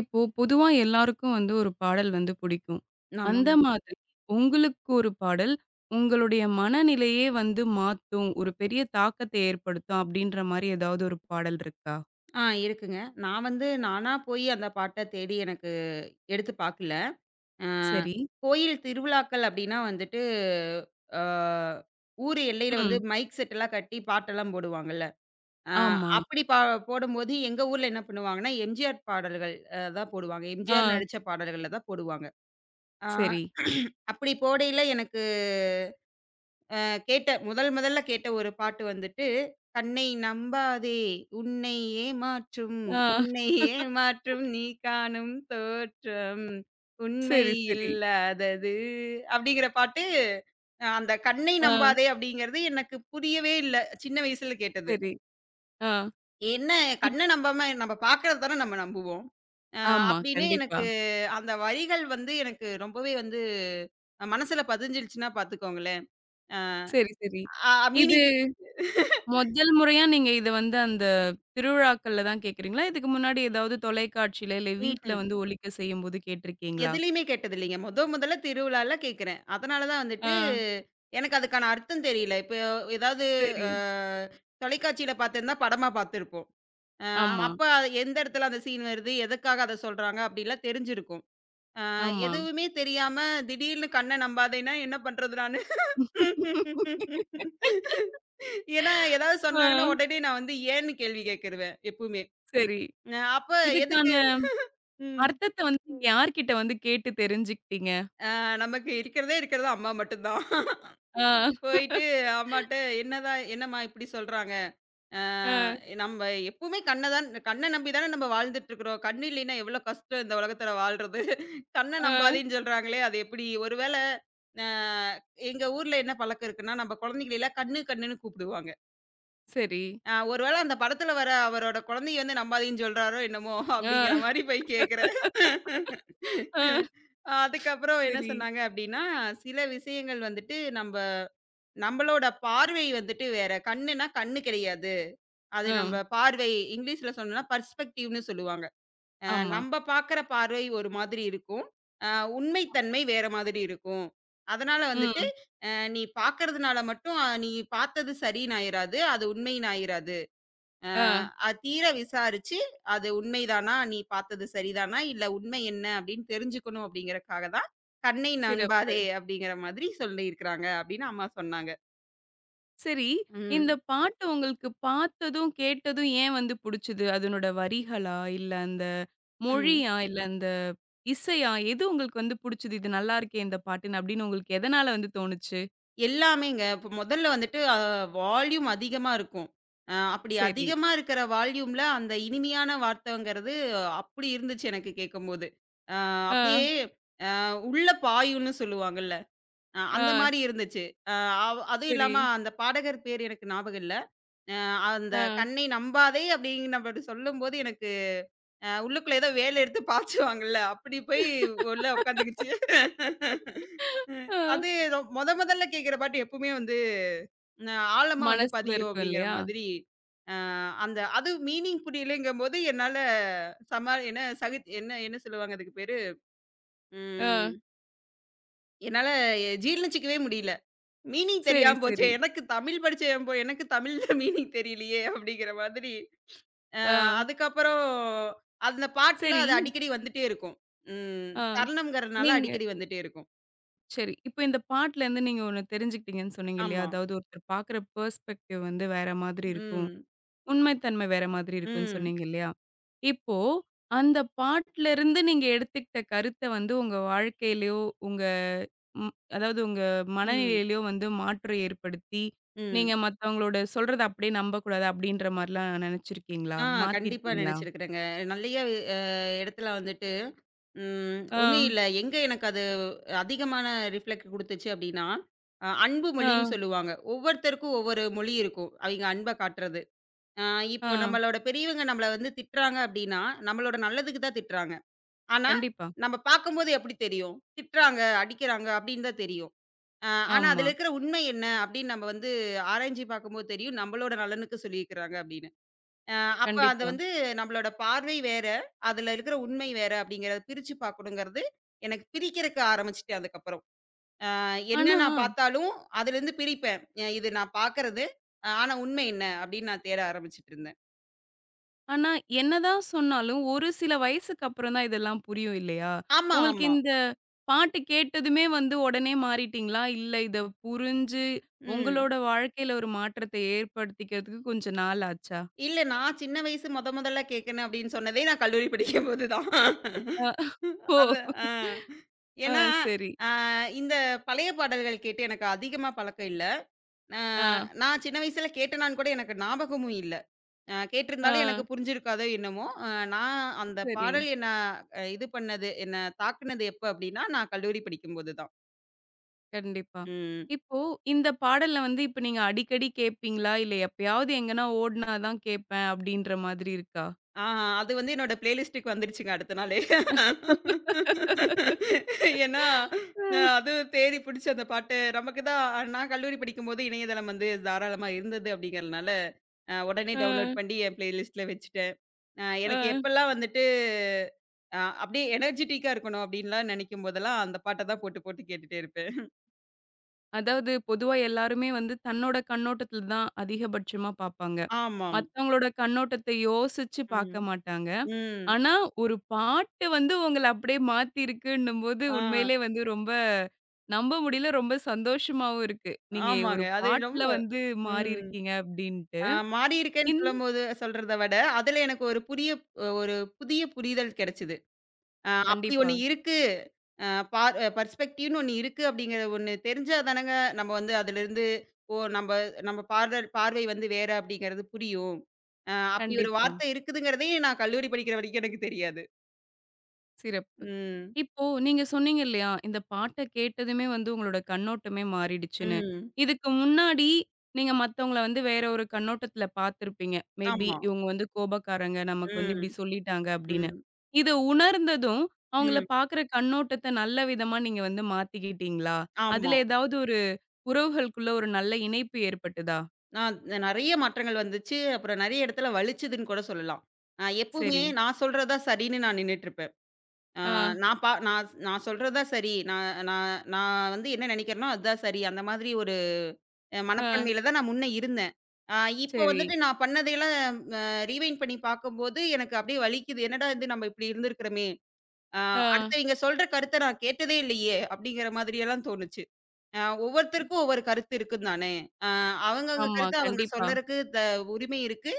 இப்போ பொதுவா எல்லாருக்கும் வந்து ஒரு பாடல் வந்து பிடிக்கும். அந்த ஆமாங்க. மாதிரி உங்களுக்கு ஒரு பாடல் உங்களுடைய மனநிலையே வந்து மாத்தும், ஒரு பெரிய தாக்கத்தை ஏற்படுத்தும் அப்படின்ற மாரி ஏதாவது ஒரு பாடல் இருக்கா? இருக்குங்க. நான் வந்து நானா போய் அந்த பாட்ட தேடி எனக்கு எடுத்து பாக்கல. அ சரி. கோயில் திருவிழாக்கள் அப்டின்னா வந்துட்டு, அ ஊர் எல்லையில வந்து ம். மைக் செட்டெல்லாம் கட்டி பாட்டெல்லாம் போடுவாங்கல்ல. அ ஆமா. அப்படி பா போடும்போது எங்க ஊர்ல என்ன பண்ணுவாங்கன்னா, எம்ஜிஆர் பாடல்கள் தான் போடுவாங்க. எம்ஜிஆர் ஆ. நடிச்ச பாடல்கள்ல தான் போடுவாங்க. அ சரி. அப்படி போடையில எனக்கு கேட்ட முதல் முதல்ல கேட்ட ஒரு பாட்டு வந்துட்டு, "கண்ணை நம்பாதே உன்னை ஏமாற்றும் ஆ. உன்னை ஏமாற்றும் நீ காணும் தோற்றம் உண்மை சரி, சரி. இல்லாதது" அப்படிங்கிற பாட்டு அந்த "கண்ணை ஆ. நம்பாதே" அப்படிங்கிறது எனக்கு புரியவே இல்ல. சின்ன வயசுல கேட்டது. சரி. ஆ. என்ன இப் கண்ண நம்பாம நம்ம பார்க்கறத தானே நம்ம நம்புவோம். அ ஆமா. அப்படின்னு கண்டிப்பா. எனக்கு அந்த வரிகள் வந்து எனக்கு ரொம்பவே வந்து மனசுல பதிஞ்சிருச்சுன்னா பார்த்துக்கோங்களேன். சரி, சரி. இது மீனிங் முதல் முறையா நீங்க இத வந்து அந்த திருவிழாக்கள்ல தான் கேட்கிறீங்களா? இதுக்கு முன்னாடி ஏதாவது தொலைக்காட்சியில, இல்ல வீட்ல ம்ஹ்ம். வந்து ஒலிக்க செய்யும்போது கேட்டிருக்கீங்களா? எதுலயுமே கேட்டதில்லைங்க. மொத மொதல்ல திருவிழால கேட்கிறேன். அதனால தான் ஆ. வந்துட்டு, எனக்கு அதுக்கான அர்த்தம் தெரியல. இப்போ ஏதாவது அ சரி. தொலைக்காட்சியில பார்த்திருந்தா படமா பார்த்துருப்போம். அ ஆமா, அப்ப அது எந்த இடத்துல அந்த சீன் வருது, எதுக்காக அத சொல்றாங்க அப்படிலாம் தெரிஞ்சிருக்கும். அ ஆமா. எதுவுமே தெரியாம திடீர்னு கண்ண நம்பாதேன்னா என்ன பண்றது நானு? ஏன்னா, ஏதாவது ஆ. சொன்னாங்கன்னா உடனே நான் வந்து ஏன்னு கேள்வி கேட்ருவேன் எப்பவுமே. சரி. அப்ப இதுக்கான எதுக்கு? ம். அர்த்தத்த வந்து நீங்க யார்கிட்ட வந்து கேட்டு தெரிஞ்சுக்கிட்டீங்க? அ நமக்கு இருக்கிறதே இருக்கிறது அம்மா மட்டும் தான். ஆ, போயிட்டு அம்மாட்ட என்னதான் என்னம்மா இப்படி சொல்றாங்க? அ ஆ, நம்ம எப்பவுமே கண்ண தான் கண்ண நம்பி தானே நம்ம வாழ்ந்துட்டு இருக்கிறோம். கண்ணு இல்லைன்னா எவ்வளோ கஷ்டம் இந்த உலகத்துல வாழ்றது. கண்ண ஆ. நம்பாதேன்னு சொல்றாங்களே, அது எப்படி? ஒருவேள அ எங்க ஊர்ல என்ன பழக்கம் இருக்குன்னா, நம்ம குழந்தைகள எல்லாம் கண்ணு, கண்ணுன்னு கூப்பிடுவாங்க. சரி. ஒருவேள அந்த படத்துல வர அவரோட குழந்தைய வந்து நம்பாதேன்னு சொல்றாரோ என்னமோ? அப்படிங்கிற ஆ. மாரி போய் கேட்கிறேன். ஆ. அதுக்கப்புறம் என்ன சரி. சொன்னாங்க அப்படின்னா, சில விஷயங்கள் வந்துட்டு நம்ப நம்மளோட பார்வை வந்துட்டு வேற. கண்ணுனா கண்ணு கிடையாது. அது ஆ. நம்ம பார்வை இங்கிலீஷ்ல சொன்னோம்னா பெர்ஸ்பெக்டிவ்னு சொல்லுவாங்க. அ ஆமா. நம்ம பார்க்குற பார்வை ஒரு மாதிரி இருக்கும். அ உண்மை தன்மை வேற மாதிரி இருக்கும். அதனால வந்துட்டு, ம். அ நீ பார்க்கறதுனால மட்டும் நீ பார்த்தது சரின்னு ஆயிராது. அது உண்மைன்னு ஆயிராது. அ ஆ. அது தீர விசாரிச்சு, அது உண்மைதானா? நீ பார்த்தது சரிதானா? இல்ல உண்மை என்ன அப்படின்னு தெரிஞ்சுக்கணும் அப்படிங்கிறக்காக தான், "கண்ணை சிறப்பு. நம்பாதே" அப்படிங்கிற மாதிரி சொல்லியிருக்கிறாங்க அப்படின்னு அம்மா சொன்னாங்க. சரி. இந்த ம். பாட்டு உங்களுக்கு பார்த்ததும், கேட்டதும் ஏன் வந்து புடிச்சது? அதனோட வரிகளா? இல்ல அந்த ம். மொழியா? இல்ல இந்த இசையா? எது உங்களுக்கு வந்து புடிச்சது? இது நல்லா இருக்கே இந்த பாட்டுன்னு அப்படின்னு உங்களுக்கு எதனால வந்து தோணுச்சு? எல்லாமேங்க. இப்ப மொதல்ல வந்துட்டு வால்யூம் அதிகமா இருக்கும். அப்படி சரி. அதிகமா இருக்கிற வால்யூம்ல அந்த இனிமையான வார்த்தைங்கிறது அப்படி இருந்துச்சு எனக்கு கேட்கும்போது. அ ஆ, அப்படியே உள்ள பாயும்ன்னு சொல்லுவாங்கல்ல. ஆ, அந்த மாரி இருந்துச்சு. அ அவ் அதுவும் சரி. இல்லாம அந்த பாடகர் பேர் எனக்கு ஞாபகம் இல்ல. அ அந்த ஆ. "கண்ணை நம்பாதே" அப்படிங்கிற மாரி சொல்லும்போது எனக்கு உள்ளுக்குள்ள ஏதோ வேல எடுத்து பாய்ச்சுவாங்கல்ல, அப்படி போய் உள்ள உட்காந்துக்கிச்சு. ஆ. அது ரொ மொத மொதல்ல கேட்கிற பாட்டு எப்பவுமே வந்து ந ஆழமா வந்து மனசுல பதியும் இருக்கும் அப்படிங்கிற இல்லையா? மாதிரி, அந்த அது மீனிங் புரியலைங்கும்போது என்னால சமா என்ன சகித் என்ன என்ன சொல்லுவாங்க அதுக்கு பேரு? ஆ. ம் என்னால ஜீர்ணிச்சுக்கவே முடியல. மீனிங் சரி, தெரியாம போச்சே! சரி. எனக்கு தமிழ் படிச்ச என் பொ எனக்கு தமிழ்ல மீனிங் தெரியலையே! அப்படிங்கிற மாதிரி, அ ஆ. அதுக்கப்புறம் அந்த பாட்டுல சரி. அது அடிக்கடி வந்துட்டே இருக்கும். ம் ஆ. தருணம்ங்கிறனால நீங்க அடிக்கடி வந்துட்டே இருக்கும். சரி. இப்ப இந்த பாட்டுல இருந்து நீங்க ஒண்ணு தெரிஞ்சுக்கிட்டீங்கன்னு சொன்னீங்க இல்லையா? ஆமா. அதாவது ஒருத்தர் பாக்குற பெர்ஸ்பெக்டிவ் வந்து வேற மாதிரி இருக்கும். ம். உண்மை தன்மை வேற மாதிரி இருக்குன்னு ம். சொன்னீங்க இல்லையா? இப்போ அந்த பாட்டுலருந்து நீங்க எடுத்துக்கிட்ட கருத்த வந்து உங்க வாழ்க்கையிலயோ, உங்க ம் அதாவது உங்க ம். மனநிலையிலயோ வந்து மாற்றம் ஏற்படுத்தி, ம். நீங்க மத்தவங்களோட சொல்றத அப்படியே நம்பக்கூடாது அப்படின்ற மாரிலாம் நெனச்சிருக்கீங்களா? ஆ கண்டிப்பா மாத்திருக்கீங்களா? நினைச்சிருக்கிறேங்க. நெறைய அ இடத்துல வந்துட்டு ம். ஆ, ஒண்ணும் இல்ல. எங்க எனக்கு அது அதிகமான ரிஃப்ளெக்ட் குடுத்துச்சு அப்டின்னா, அன்பு ஆ, மொழின்னு சொல்லுவாங்க. ஒவ்வொருத்தருக்கும் ஒவ்வொரு மொழி இருக்கும். அவிங்க அன்ப காட்டுறது. அ ஆ. இப்போ நம்மளோட பெரியவங்க நம்மள வந்து திட்டுறாங்க அப்டின்னா, நம்மளோட நல்லதுக்கு தான் திட்டுறாங்க. ஆனா, கண்டிப்பா. நம்ம பார்க்கும்போது எப்டி தெரியும்? திட்டுறாங்க, அடிக்கிறாங்க அப்டின்னு தான் தெரியும். ஆனா, ஆமா. அதுல இருக்கிற உண்மை என்ன? அப்டின்னு நம்ம வந்து ஆராய்ஞ்சு பார்க்கும்போது தெரியும். நம்மளோட நலனுக்கு சொல்லியிருக்கிறாங்க அப்டின்னு. அ அப்ப அது கண்டிப்பா. வந்து நம்மளோட பார்வை வேற, அதுல இருக்கிற உண்மை வேற அப்படிங்கிறத பிரிச்சு பார்க்கணுங்கிறது எனக்கு பிரிக்கிறக்கு ஆரம்பிச்சுட்டேன் அதுக்கப்புறம். அ என்ன ஆனா நான் பார்த்தாலும் அதுலருந்து பிரிப்பேன். இது நான் பார்க்கறது, ஆனா உண்மை என்ன அப்படின்னு நான் தேட ஆரம்பிச்சுட்டு இருந்தேன். ஆனா, என்னதான் சொன்னாலும், ஒரு சில வயசுக்கு அப்புறம் தான் இதெல்லாம் புரியும் இல்லையா? ஆமா, உங்களுக்கு ஆமா. இந்த பாட்டு கேட்டதுமே வந்து உடனே மாறிட்டீங்களா? இல்ல இத புரிஞ்சு ம். உங்களோட வாழ்க்கையில ஒரு மாற்றத்தை ஏற்படுத்திக்கிறதுக்கு கொஞ்சம் நாள் ஆச்சா? இல்ல நான் சின்ன வயசு மொத மொதல்ல கேட்கணும் அப்படின்னு சொன்னதே நான் கல்லூரி படிக்கும்போது தான். அ அது அ ஓ! ஆ ஏன்னா, சரி. அ இந்த பழைய பாடல்கள் கேட்டு எனக்கு அதிகமா பழக்கம் இல்ல. அ ஆ, நான் சின்ன வயசுல கேட்டனான்னு கூட எனக்கு ஞாபகமும் இல்ல. ஆ கேட்டிருந்தாலும் எனக்கு புரிஞ்சிருக்காதோ என்னமோ! நான் அந்த சரி. பாடல் என்ன இது பண்ணது, என்ன தாக்குனது எப்ப அப்டின்னா, நான் கல்லூரி படிக்கும்போது தான். கண்டிப்பா. ம். இப்போ இந்த பாடல வந்து இப்ப நீங்க அடிக்கடி கேட்பீங்களா? இல்ல எப்பயாவது எங்கனா ஓடுனா தான் கேட்பேன் அப்படின்ற மாதிரி இருக்கா? ஆ அது வந்து என்னோட பிளேலிஸ்ட்டுக்கு வந்துருச்சுங்க அடுத்த நாளே. ஏன்னா, அ, அது தேடி புடிச்சு அந்த பாட்டு நமக்கு தான் நான் கல்லூரி படிக்கும்போது இணையதளம் வந்து தாராளமா இருந்தது அப்டிங்கிறதுனால, உடனே அ, டவுன்லோட் பண்ணி என் பிளேலிஸ்ட்ல வச்சுட்டேன். எனக்கு அ. எப்பலாம் வந்துட்டு அப்டியே எனர்ஜிட்டிக்கா இருக்கணும் அப்டின்லாம் நெனைக்கும் போதெல்லாம், அந்த பாட்ட தான் போட்டு போட்டு கேட்டுட்டே இருப்பேன். அதாவது பொதுவா எல்லாருமே வந்து தன்னோட கண்ணோட்டத்துல தான் அதிகபட்சமா பார்ப்பாங்க. ஆமாங்க. மத்தவங்களோட கண்ணோட்டத்தை யோசிச்சு ம். பார்க்க மாட்டாங்க. ம். ஆனா, ஒரு பாட்டு வந்து உங்கள அப்படியே மாத்திருக்குன்னும்போது, ஆ. உண்மையிலே வந்து ரொம்ப நம்ப முடியல. ரொம்ப சந்தோஷமாவும் இருக்கு. நீங்க ஆமாங்க. ஒரு அது பாட்டுல ரொம்ப வந்து ம். மாறியிருக்கீங்க அப்படின்ட்டு. அ மாறி இருக்கேன்னு இந் சொல்லும்போது சொல்றத விட, அதுல எனக்கு ஒரு புரிய ஒரு புதிய புரிதல் கிடைச்சது. அப்படி கண்டிப்பா, ஒண்ணு இருக்கு. அ பார் பெர்ஸ்பெக்டிவ்னு ஒண்ணு இருக்கு அப்படிங்கிறது ஒண்ணு தெரிஞ்சா தானங்க நம்ம வந்து அதிலிருந்து, ஓ! நம்ப நம்ம பார்தல் பார்வை வந்து வேற அப்படிங்கிறது புரியும். அப்படி ஒரு கண்டிப்பா. வார்த்தை இருக்குதுங்கிறதே நான் கல்லூரி படிக்கிற வரைக்கும் எனக்கு தெரியாது. சிறப்பு. ம். இப்போ நீங்க சொன்னீங்க இல்லையா, இந்த பாட்ட கேட்டதுமே வந்து உங்களோட கண்ணோட்டமே மாறிடுச்சுன்னு. ம். இதுக்கு முன்னாடி நீங்க மத்தவங்கள வந்து வேற ஒரு கண்ணோட்டத்துல பார்த்திருப்பீங்க. மேபி ஆமா. இவங்க வந்து கோபக்காரங்க, நமக்கு வந்து ம். இப்படி சொல்லிட்டாங்க அப்படின்னு. ம். இத உணர்ந்ததும், அவங்கள ம். பார்க்குற கண்ணோட்டத்த நல்ல விதமா நீங்க வந்து மாத்திக்கிட்டீங்களா? ஆமா. அதுல ஏதாவது ஒரு உறவுகளுக்குள்ள ஒரு நல்ல இணைப்பு ஏற்பட்டதா? நான் நெறைய மாற்றங்கள் வந்துச்சு. அப்புறம் நெறைய இடத்துல வலிச்சதுன்னு கூட சொல்லலாம். எப்பவுமே சரி. நான் சொல்றது தான் சரின்னு நான் நின்னுட்டுருப்பேன். அ ஆ, நான் பா நான் நான் சொல்றது தான் சரி. நான் நான் நான் வந்து என்ன நெனைக்கிறேனோ அதுதான் சரி. அந்த மாதிரி ஒரு ஆ, மனப்பான்மையில தான் நான் முன்ன இருந்தேன். அ இப்போ சரி. வந்துட்டு நான் பண்ணதையெல்லாம் அ ரீவைண்ட் பண்ணி பார்க்கும்போது, எனக்கு அப்படியே வலிக்குது. என்னடா இது நம்ம இப்படி இருந்திருக்கிறோமே! அ ஆ, அடுத்தவைங்க சொல்ற கருத்த நான் கேட்டதே இல்லையே! அப்படிங்கிற மாதிரியெல்லாம் தோணுச்சு. ஒவ்வொருத்தருக்கும் ஒவ்வொரு கருத்து இருக்கும் தானே! அ அவங்கவங்க ஆமா. கருத்த அவங்க கண்டிப்பா. சொல்லறக்கு த உரிமை இருக்கு.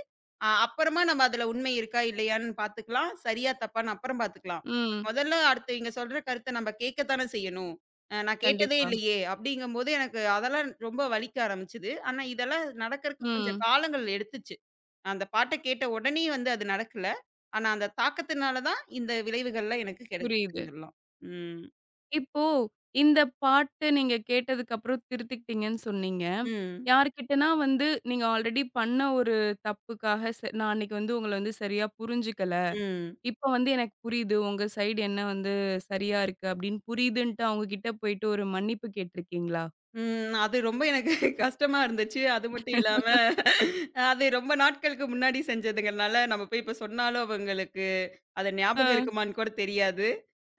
அப்புறமா நம்ம அதுல உண்மை இருக்கா, இல்லையான்னு பார்த்துக்கலாம். சரியா, தப்பான்னு அப்புறம் பார்த்துக்கலாம். ம். முதல்ல அடுத்தவைங்க சொல்ற கருத்த நம்ம கேட்கத்தானே செய்யணும். நான் கேட்டதே கண்டிப்பா. இல்லையே! அப்படிங்கும்போது எனக்கு அதெல்லாம் ரொம்ப வலிக்க ஆரம்பிச்சது. ஆனா இதெல்லாம் நடக்கறக்கு கொஞ்சம் ம். காலங்கள் எடுத்துச்சு. அந்த பாட்ட கேட்ட உடனே வந்து அது நடக்கல. ஆனா அந்த தாக்கத்தினால தான் இந்த விளைவுகள்லாம் எனக்கு புரியுது. கிடைச்சதுன்னு சொல்லலாம். ம். இப்போ இந்த பாட்டு நீங்க கேட்டதுக்கு அப்புறம் திருத்திக்கிட்டீங்கன்னு சொன்னீங்க. ம். யார்கிட்டனா வந்து நீங்க ஆல்ரெடி பண்ண ஒரு தப்புக்காக நான் அன்னைக்கு வந்து உங்கள வந்து சரியா புரிஞ்சுக்கல. ம். இப்ப வந்து எனக்கு புரியுது. உங்க சைடு என்ன வந்து சரியா இருக்கு அப்படின்னு புரியுதுன்ட்டு அவங்க கிட்ட போயிட்டு ஒரு மன்னிப்பு கேட்டிருக்கீங்களா? ம். அது ரொம்ப எனக்கு கஷ்டமா இருந்துச்சு. அது மட்டும் இல்லாம, அது ரொம்ப நாட்களுக்கு முன்னாடி செஞ்சதுங்கனால, நம்ம போய் இப்ப சொன்னாலும் அவங்களுக்கு அது ஆ, ஞாபகம் இருக்குமான்னு கூட தெரியாது.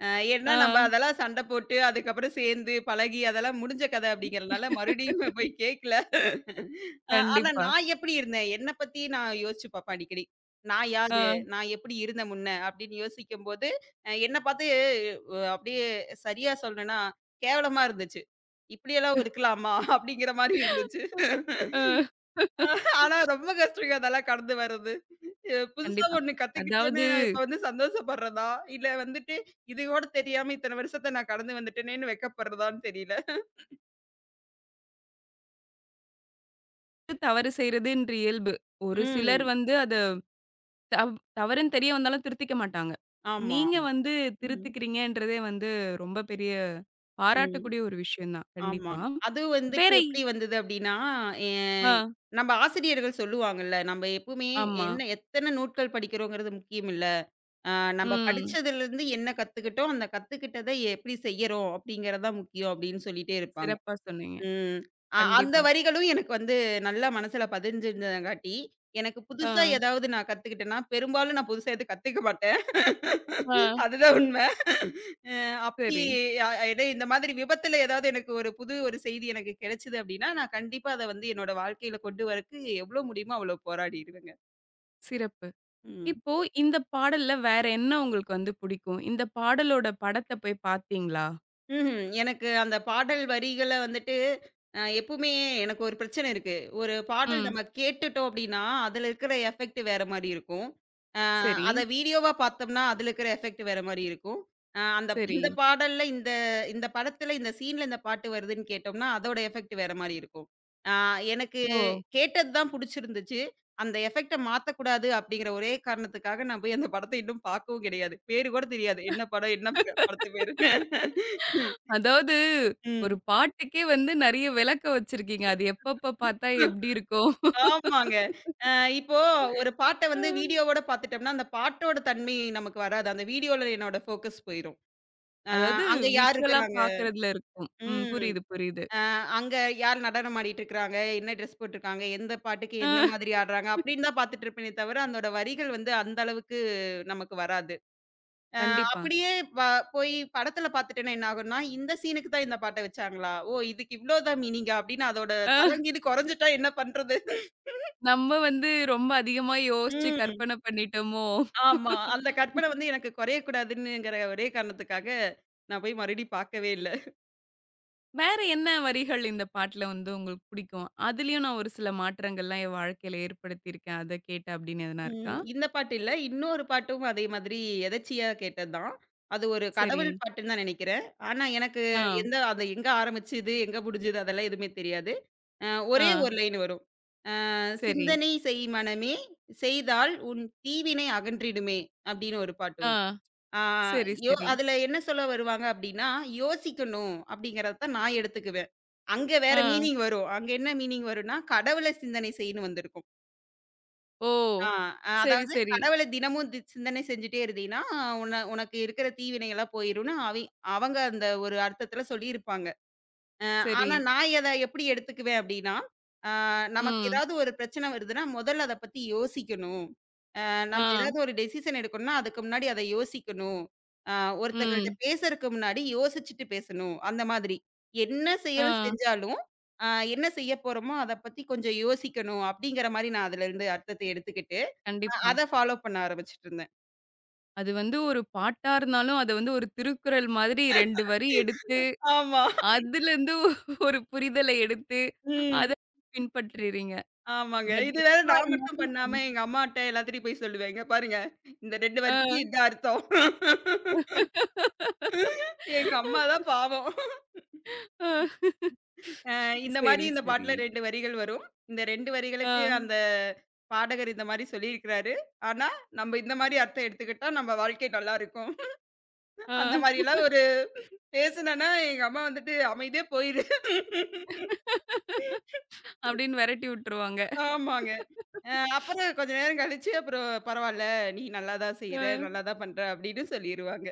அ ஏன்னா ஆ. நம்ம அதெல்லாம் சண்ட போட்டு, அதுக்கப்புறம் சேர்ந்து பழகி அதெல்லாம் முடிஞ்ச கதை அப்படிங்கிறனால மறுபடியும் போய் கேட்கல. ஆனா கண்டிப்பா. நான் எப்படி இருந்தேன்? என்ன பத்தி நான் யோசிச்சு பார்ப்பேன் அடிக்கடி. நான் யாரு? ஆ, நான் எப்படி இருந்தேன் முன்ன? அப்படின்னு யோசிக்கும்போது, என்ன பார்த்து அப்படியே சரியா சொல்லணும்னா, கேவலமா இருந்துச்சு. இப்படியெல்லாம் இருக்கலாமா? அப்படிங்கிற மாரி இருந்துச்சு. ஆ. ஆனா ரொம்ப கஷ்டங்க அதெல்லாம் கடந்து வர்றது. எ புதுசா கண்டிப்பா. ஒண்ணு கத்துக்கிட்டோனே அதாவது நான் இப்ப வந்து சந்தோஷப்படுறதா? இல்ல வந்துட்டு இது கூட தெரியாம இத்தன வருஷத்த நான் கடந்து வந்துட்டேனேன்னு வெட்கப்படுறதான்னு தெரியல. தவறு செய்றதுன்ற இயல்பு. ஒரு சிலர் ம். வந்து அத தவ் தவறுன்னு தெரிய வந்தாலும் திருத்திக்க மாட்டாங்க. ஆமா. நீங்க வந்து ம். திருத்திக்கிறீங்கன்றதே வந்து ரொம்ப பெரிய ம். பாராட்டக்கூடிய ஒரு விஷயம் தான். ஆமா. கண்டிப்பா. அது வந்துட்டு வேற இ- எப்படி வந்தது அப்படின்னா, எ ஆ, நம்ம ஆசிரியர்கள் சொல்லுவாங்கல்ல, நம்ம எப்பவுமே ஆமா. என்ன எத்தன நூட்கள் படிக்கிறோங்கிறது முக்கியம் இல்ல. அ நம்ம ம். படிச்சதுலருந்து என்ன கத்துக்கிட்டோம், அந்த கத்துக்கிட்டத எப்படி செய்யறோம் அப்படிங்கிறது தான் முக்கியம் அப்படின்னு சொல்லிட்டே இருப்பாங்க. சிறப்பா சொன்னீங்க. ம். அந்த கண்டிப்பா. வரிகளும் எனக்கு வந்து நல்லா மனசுல பதிஞ்சிருந்தங்காட்டி, எனக்கு ஆ, புதுசா ஏதாவது நான் கத்துக்கிட்டேன்னா, பெரும்பாலும் நான் புதுசா எதுவும் கத்துக்க மாட்டேன். ஆ. அதுதான் உண்மை. அப்படி சரி. எதோ இந்த மாதிரி விபத்துல ஏதாவது எனக்கு ஒரு புது ஒரு செய்தி எனக்கு கிடைச்சது அப்படின்னா, நான் கண்டிப்பா அத வந்து என்னோட வாழ்க்கையில கொண்டு வரக்கு எவ்வளோ முடியுமோ அவ்வளோ போராடிருவேங்க. சிறப்பு. ம். இப்போ இந்த பாடல்ல வேற என்ன உங்களுக்கு வந்து புடிக்கும்? இந்த பாடலோட படத்த போய் பார்த்தீங்களா? ம்ஹ்ம். எனக்கு அந்த பாடல் வரிகள வந்துட்டு எப்பவுமே எனக்கு ஒரு பிரச்சனை இருக்கு. ஒரு பாடல் ம். நம்ம கேட்டுட்டோம் அப்டின்னா, அதுல இருக்கிற எஃபெக்ட் வேற மாரி இருக்கும். அ சரி, அத வீடியோவா பார்த்தோம்னா, அதுல இருக்கிற எஃபெக்ட் வேற மாரி இருக்கும். அந்த சரி. இந்த பாடல்ல இந்த இந்த படத்துல இந்த சீன்ல இந்த பாட்டு வருதுன்னு கேட்டோம்னா, அதோட எஃபெக்ட் வேற மாரி இருக்கும். அ எனக்கு ஓ! கேட்டது தான் புடிச்சிருந்துச்சு. அந்த எஃபெக்ட்ட மாத்தக்கூடாது அப்டிங்கிற ஒரே காரணத்துக்காக நான் போய் அந்த படத்த இன்னும் பார்க்கவும் கிடையாது. பேரு கூட தெரியாது. என்ன படம்? என்ன ப படத்து பேரு? அதாவது ஒரு ம். பாட்டுக்கே வந்து நெறைய விளக்கம் வச்சிருக்கீங்க. அது எப்பப்ப பார்த்தா எப்டி இருக்கும்? ஆமாங்க. அ இப்போ ஒரு பாட்ட வந்து வீடியோவோட பாத்துட்டோம்னா, அந்த பாட்டோட தன்மை நமக்கு வராது. அந்த வீடியோல என்னோட ஃபோக்கஸ் போயிரும். அ அதாவது அங்க யார் விஷுவலா இருக்கிறாங்க? பார்க்கறதுல இருக்கும். ம். ம். புரியுது, புரியுது. அ அங்க யார் நடனம் ஆடிட்டு இருக்கிறாங்க? என்ன ட்ரெஸ் போட்டுருக்காங்க? எந்த பாட்டுக்கு அ எந்த மாதிரி ஆடுறாங்க? அப்படின்னு தான் பாத்துட்டு இருப்பேனே தவிர, அதோட வரிகள் வந்து அந்த அளவுக்கு நமக்கு வராது. அ கண்டிப்பா. அப்படியே ப போய் படத்துல பாத்துட்டேன்னா என்ன ஆகும்னா, இந்த சீனுக்கு தான் இந்த பாட்ட வச்சாங்களா? ஓ! இதுக்கு இவ்ளோ தான் மீனிங்கா? அப்படின்னு அதோட அ தரம் கீது கொறஞ்சுட்டா என்ன பண்றது? நம்ம வந்து ரொம்ப அதிகமா யோசிச்சு ம். கற்பனை பண்ணிட்டோமோ! ஆமா. அந்த கற்பனை வந்து எனக்கு குறையக் கூடாதுன்னுங்கிற ஒரே காரணத்துக்காக, நான் போய் மறுபடியும் பார்க்கவே இல்ல. வேற என்ன வரிகள் இந்த பாட்டுல வந்து உங்களுக்கு பிடிக்கும்? அதுலயும் நான் ஒரு சில மாற்றங்கள்லாம் என் வாழ்க்கையில ஏற்படுத்தியிருக்கேன். அத கேட்டு அப்படின்னு எதனா ம். இருக்கா? இந்த பாட்டு இல்ல. இன்னொரு பாட்டும் அதே மாதிரி எதர்ச்சியா கேட்டது தான். அது ஒரு சரி. கடவுள் பாட்டுன்னு தான் நெனைக்கிறேன். ஆனா எனக்கு ஆ, எந்த அது எங்க ஆரம்பிச்சது, எங்க முடிஞ்சது அதெல்லாம் எதுவுமே தெரியாது. அ ஆ. ஒரே ஒரு லைன் வரும். சரி. "சிந்தனை செய் மனமே, செய்தால் உன் தீவினை அகன்றிடுமே" அப்படின்னு ஒரு பாட்டு ஆ. வரும். ஆ சரி, யோ சரி. அதுல என்ன சொல்ல வருவாங்க அப்டின்னா, யோசிக்கணும் அப்டிங்கிறத தான் நான் எடுத்துக்குவேன். அங்க ஆ. வேற மீனிங் வரும். அங்க என்ன மீனிங் வரும்னா, கடவுள சிந்தனை செய்ன்னு வந்திருக்கும். ஓ! ஆ சரி, அதாவது சரி, கடவுள தினமும் தி சிந்தனை செஞ்சுட்டே இருந்தீன்னா, உன உனக்கு இருக்கிற தீவினைகள்லாம் போயிரும்னு அவை அவங்க அந்த ஒரு அர்த்தத்துல சொல்லியிருப்பாங்க. அ சரி. ஆனா நான் எத எப்டி எடுத்துக்குவேன் அப்டின்னா, ஆ நமக்கு ம். ஏதாவது ஒரு பிரச்சனை வருதுன்னா, முதல்ல அத பத்தி யோசிக்கணும். நம்ம ஆ. ஏதாவது ஒரு டெசிஷன் எடுக்கணும்னா, அதுக்கு முன்னாடி அத யோசிக்கணும். அ ஒருத்தங்கள்ட்ட ம். பேசறக்கு முன்னாடி யோசிச்சுட்டு பேசணும். அந்த மாதிரி. என்ன ஆ. செயல் செஞ்சாலும், அ என்ன செய்ய போறோமோ, அத பத்தி கொஞ்சம் யோசிக்கணும். அப்படிங்கிற மாரி நான் அதுலருந்து அர்த்தத்தை எடுத்துக்கிட்டு, கண்டிப்பா. அத ஃபாலோ பண்ண ஆரம்பிச்சுட்டு இருந்தேன். அது வந்து ஒரு பாட்டா இருந்தாலும், அத வந்து ஒரு திருக்குறள் மாதிரி 2 வரி எடுத்து, ஆமா. அதுலருந்து ஒரு புரிதல எடுத்து, ம். அத பின்பற்றுறீங்க. ஆமாங்க. பட் இது வேற எதுவா நான் மட்டும் இருந்தாலும் பண்ணாம எங்க அம்மாட்ட எல்லாத்துட்டயும் போய் சொல்லுவேன். இங்க பாருங்க. இந்த 2 வரிக்கு ஆ. இதான் அர்த்தம். எங்க அம்மா தான் பாவம். ஆ. அ இந்த மாரி சரி, இந்த சரி. பாட்டுல 2 வரிகள் வரும். இந்த 2 ஆ, வரிகளுக்கு அந்த பாடகர் இந்த மாரி சொல்லியிருக்கிறாரு. ஆனா, நம்ம இந்த மாரி அர்த்தம் எடுத்துக்கிட்டா நம்ம வாழ்க்கை நல்லா இருக்கும். ஆ அந்த மாரிலாம் ஒரு பேசுனேன்னா, எங்க அம்மா வந்துட்டு அமைதியா போயிரு. அப்படின்னு வெரட்டி விட்டுருவாங்க. ஆமாங்க. அ அப்புறம் கொஞ்ச நேரம் கழிச்சு அப்புறம் பரவால்ல, நீ நல்லா தான் செய்ற, ஆ. நல்லா தான் பண்ற அப்படின்னு சொல்லிருவாங்க.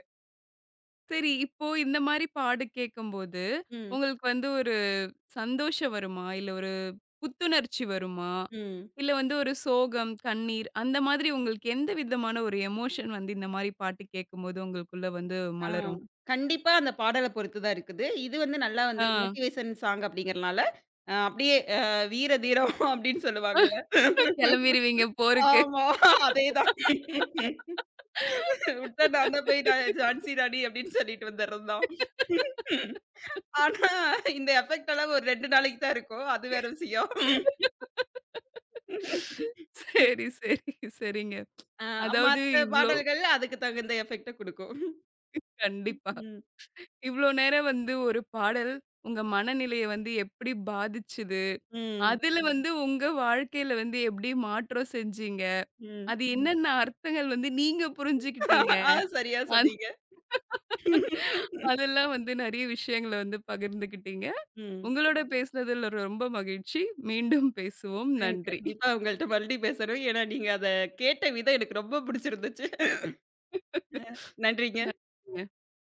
சரி இப்போ இந்த மாரி பாடு கேட்கும்போது, ம். உங்களுக்கு வந்து ஒரு சந்தோஷம் வருமா? இல்ல ஒரு புத்துணர்ச்சி வருமா? ம். இல்ல வந்து ஒரு சோகம், கண்ணீர் அந்த மாதிரி உங்களுக்கு எந்த விதமான ஒரு எமோஷன் வந்து இந்த மாரி பாட்டு கேட்கும்போது உங்களுக்குள்ள வந்து ஆ. மலரும்? கண்டிப்பா அந்த பாடல பொறுத்து தான் இருக்குது. இது வந்து நல்லா வந்து ஆ. மோட்டிவேஷன் சாங் அப்படிங்கிறனால, அப்படியே வீர தீரம் அப்படின்னு சொல்லுவாங்கல்ல. கெளம்பிருவீங்க போருக்கு. ஆமா. அதேதான். விட்டா நான் தான் போய் நான் ஜான்சி ராணி அப்படின்னு சொல்லிட்டு வந்துர்றது தான். ஆனா, இந்த எஃபெக்ட் எல்லாம் ஒரு 2 நாளைக்கு தான் இருக்கும். அது வேற விஷயம். சரி, சரி, சரிங்க. அ அதாவது மத்த இவ்ளோ பாடல்கள் அதுக்கு தகுந்த எஃபெக்ட்ட குடுக்கும். கண்டிப்பா. ம். இவ்ளோ நேரம் வந்து ஒரு பாடல் உங்க மனநிலைய வந்து எப்படி பாதிச்சுது? ம். அதுல வந்து உங்க வாழ்க்கையில வந்து எப்படி மாற்றம் செஞ்சீங்க? ம். அது என்னென்ன அர்த்தங்கள் வந்து நீங்க புரிஞ்சுக்கிட்டீங்க? ஆ சரியா அந் சொன்னீங்க. அதெல்லாம் வந்து நெறைய விஷயங்கள வந்து பகிர்ந்துக்கிட்டீங்க. ம். உங்களோட பேசுனதுல ரொம்ப மகிழ்ச்சி. மீண்டும் பேசுவோம். ம். நன்றி. கண்டிப்பா உங்கள்ட்ட மறுபடியும் பேசணும். ஏன்னா, நீங்க அத கேட்ட விதம் எனக்கு ரொம்ப பிடிச்சிருந்துச்சு. அ நன்றிங்க. நன்றிங்க.